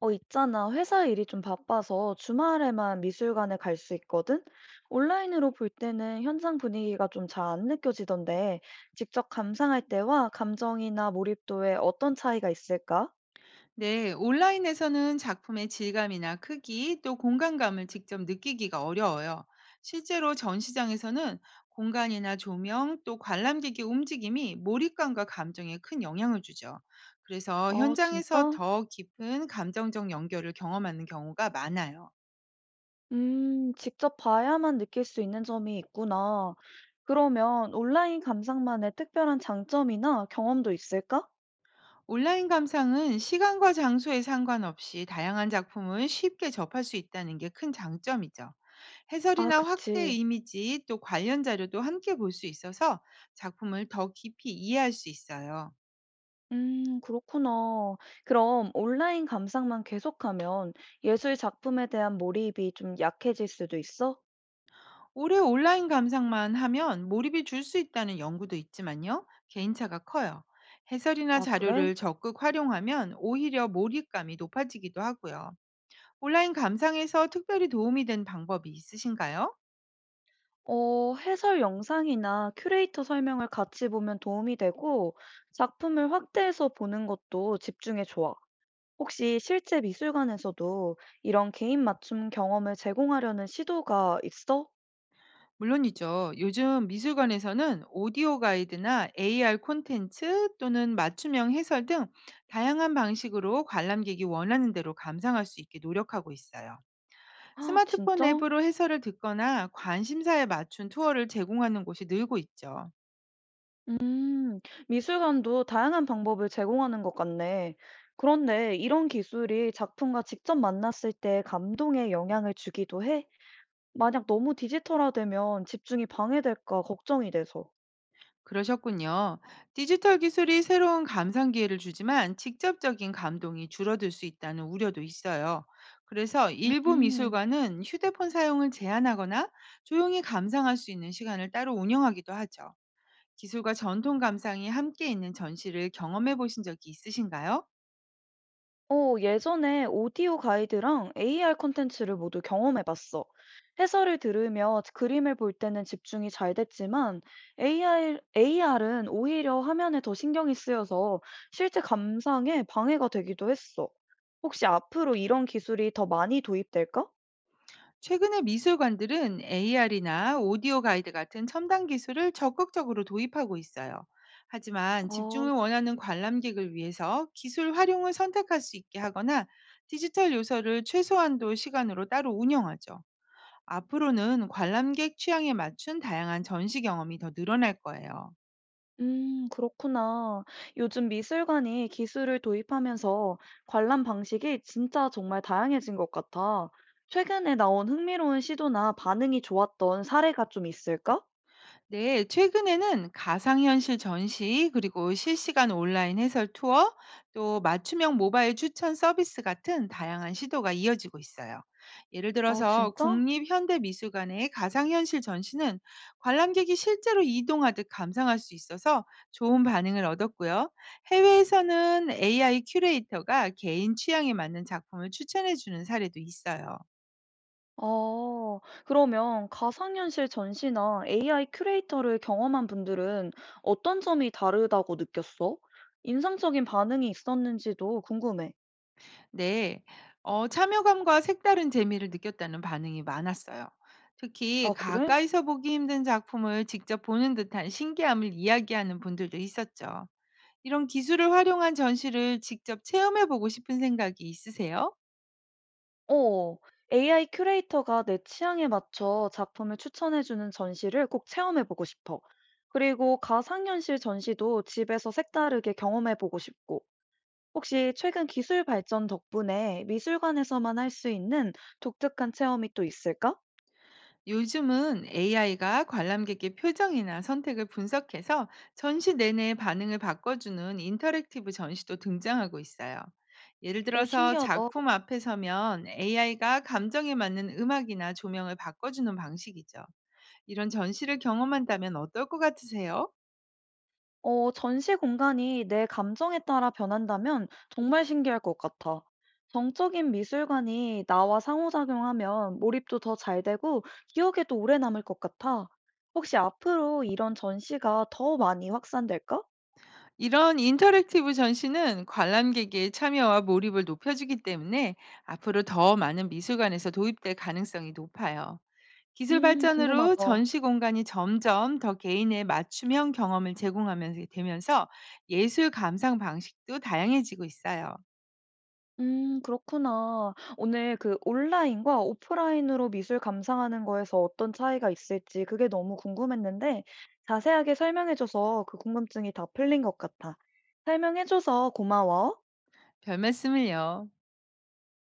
있잖아. 회사 일이 좀 바빠서 주말에만 미술관에 갈 수 있거든? 온라인으로 볼 때는 현장 분위기가 좀 잘 안 느껴지던데, 직접 감상할 때와 감정이나 몰입도에 어떤 차이가 있을까? 네, 온라인에서는 작품의 질감이나 크기, 또 공간감을 직접 느끼기가 어려워요. 실제로 전시장에서는 공간이나 조명, 또 관람객의 움직임이 몰입감과 감정에 큰 영향을 주죠. 그래서 아, 현장에서 진짜? 더 깊은 감정적 연결을 경험하는 경우가 많아요. 직접 봐야만 느낄 수 있는 점이 있구나. 그러면 온라인 감상만의 특별한 장점이나 경험도 있을까? 온라인 감상은 시간과 장소에 상관없이 다양한 작품을 쉽게 접할 수 있다는 게 큰 장점이죠. 아, 해설이나 확대 그치. 이미지 또 관련 자료도 함께 볼 수 있어서 작품을 더 깊이 이해할 수 있어요. 그렇구나. 그럼 온라인 감상만 계속하면 예술 작품에 대한 몰입이 좀 약해질 수도 있어? 올해 온라인 감상만 하면 몰입이 줄 수 있다는 연구도 있지만요. 개인차가 커요. 해설이나 아, 그래? 자료를 적극 활용하면 오히려 몰입감이 높아지기도 하고요. 온라인 감상에서 특별히 도움이 된 방법이 있으신가요? 해설 영상이나 큐레이터 설명을 같이 보면 도움이 되고 작품을 확대해서 보는 것도 집중에 좋아. 혹시 실제 미술관에서도 이런 개인 맞춤 경험을 제공하려는 시도가 있어? 물론이죠. 요즘 미술관에서는 오디오 가이드나 AR 콘텐츠 또는 맞춤형 해설 등 다양한 방식으로 관람객이 원하는 대로 감상할 수 있게 노력하고 있어요. 아, 스마트폰 진짜? 앱으로 해설을 듣거나 관심사에 맞춘 투어를 제공하는 곳이 늘고 있죠. 음, 미술관도 다양한 방법을 제공하는 것 같네. 그런데 이런 기술이 작품과 직접 만났을 때 감동에 영향을 주기도 해? 만약 너무 디지털화되면 집중이 방해될까 걱정이 돼서. 그러셨군요. 디지털 기술이 새로운 감상 기회를 주지만 직접적인 감동이 줄어들 수 있다는 우려도 있어요. 그래서 일부 음. 미술관은 휴대폰 사용을 제한하거나 조용히 감상할 수 있는 시간을 따로 운영하기도 하죠. 기술과 전통 감상이 함께 있는 전시를 경험해 보신 적이 있으신가요? 예전에 오디오 가이드랑 AR 콘텐츠를 모두 경험해봤어. 해설을 들으며 그림을 볼 때는 집중이 잘 됐지만 AR, 은 오히려 화면에 더 신경이 쓰여서 실제 감상에 방해가 되기도 했어. 혹시 앞으로 이런 기술이 더 많이 도입될까? 최근에 미술관들은 AR이나 오디오 가이드 같은 첨단 기술을 적극적으로 도입하고 있어요. 하지만 아, 집중을 원하는 관람객을 위해서 기술 활용을 선택할 수 있게 하거나 디지털 요소를 최소한도 시간으로 따로 운영하죠. 앞으로는 관람객 취향에 맞춘 다양한 전시 경험이 더 늘어날 거예요. 그렇구나. 요즘 미술관이 기술을 도입하면서 관람 방식이 진짜 정말 다양해진 것 같아. 최근에 나온 흥미로운 시도나 반응이 좋았던 사례가 좀 있을까? 네, 최근에는 가상현실 전시, 그리고 실시간 온라인 해설 투어, 또 맞춤형 모바일 추천 서비스 같은 다양한 시도가 이어지고 있어요. 예를 아, 들어서 진짜? 국립현대미술관의 가상현실 전시는 관람객이 실제로 이동하듯 감상할 수 있어서 좋은 반응을 얻었고요. 해외에서는 AI 큐레이터가 개인 취향에 맞는 작품을 추천해주는 사례도 있어요. 아, 그러면 가상현실 전시나 AI 큐레이터를 경험한 분들은 어떤 점이 다르다고 느꼈어? 인상적인 반응이 있었는지도 궁금해. 네. 참여감과 색다른 재미를 느꼈다는 반응이 많았어요. 특히 아, 그래? 가까이서 보기 힘든 작품을 직접 보는 듯한 신기함을 이야기하는 분들도 있었죠. 이런 기술을 활용한 전시를 직접 체험해 보고 싶은 생각이 있으세요? 어. AI 큐레이터가 내 취향에 맞춰 작품을 추천해주는 전시를 꼭 체험해보고 싶어. 그리고 가상현실 전시도 집에서 색다르게 경험해보고 싶고, 혹시 최근 기술 발전 덕분에 미술관에서만 할 수 있는 독특한 체험이 또 있을까? 요즘은 AI가 관람객의 표정이나 선택을 분석해서 전시 내내 반응을 바꿔주는 인터랙티브 전시도 등장하고 있어요. 예를 오, 들어서 신기하다. 작품 앞에 서면 AI가 감정에 맞는 음악이나 조명을 바꿔주는 방식이죠. 이런 전시를 경험한다면 어떨 것 같으세요? 전시 공간이 내 감정에 따라 변한다면 정말 신기할 것 같아. 정적인 미술관이 나와 상호작용하면 몰입도 더 잘 되고 기억에도 오래 남을 것 같아. 혹시 앞으로 이런 전시가 더 많이 확산될까? 이런 인터랙티브 전시는 관람객의 참여와 몰입을 높여주기 때문에 앞으로 더 많은 미술관에서 도입될 가능성이 높아요. 기술 발전으로 궁금하다. 전시 공간이 점점 더 개인의 맞춤형 경험을 제공하면서 되면서 예술 감상 방식도 다양해지고 있어요. 그렇구나. 오늘 그 온라인과 오프라인으로 미술 감상하는 거에서 어떤 차이가 있을지 그게 너무 궁금했는데 자세하게 설명해 줘서 그 궁금증이 다 풀린 것 같아. 설명해 줘서 고마워. 별 말씀을요.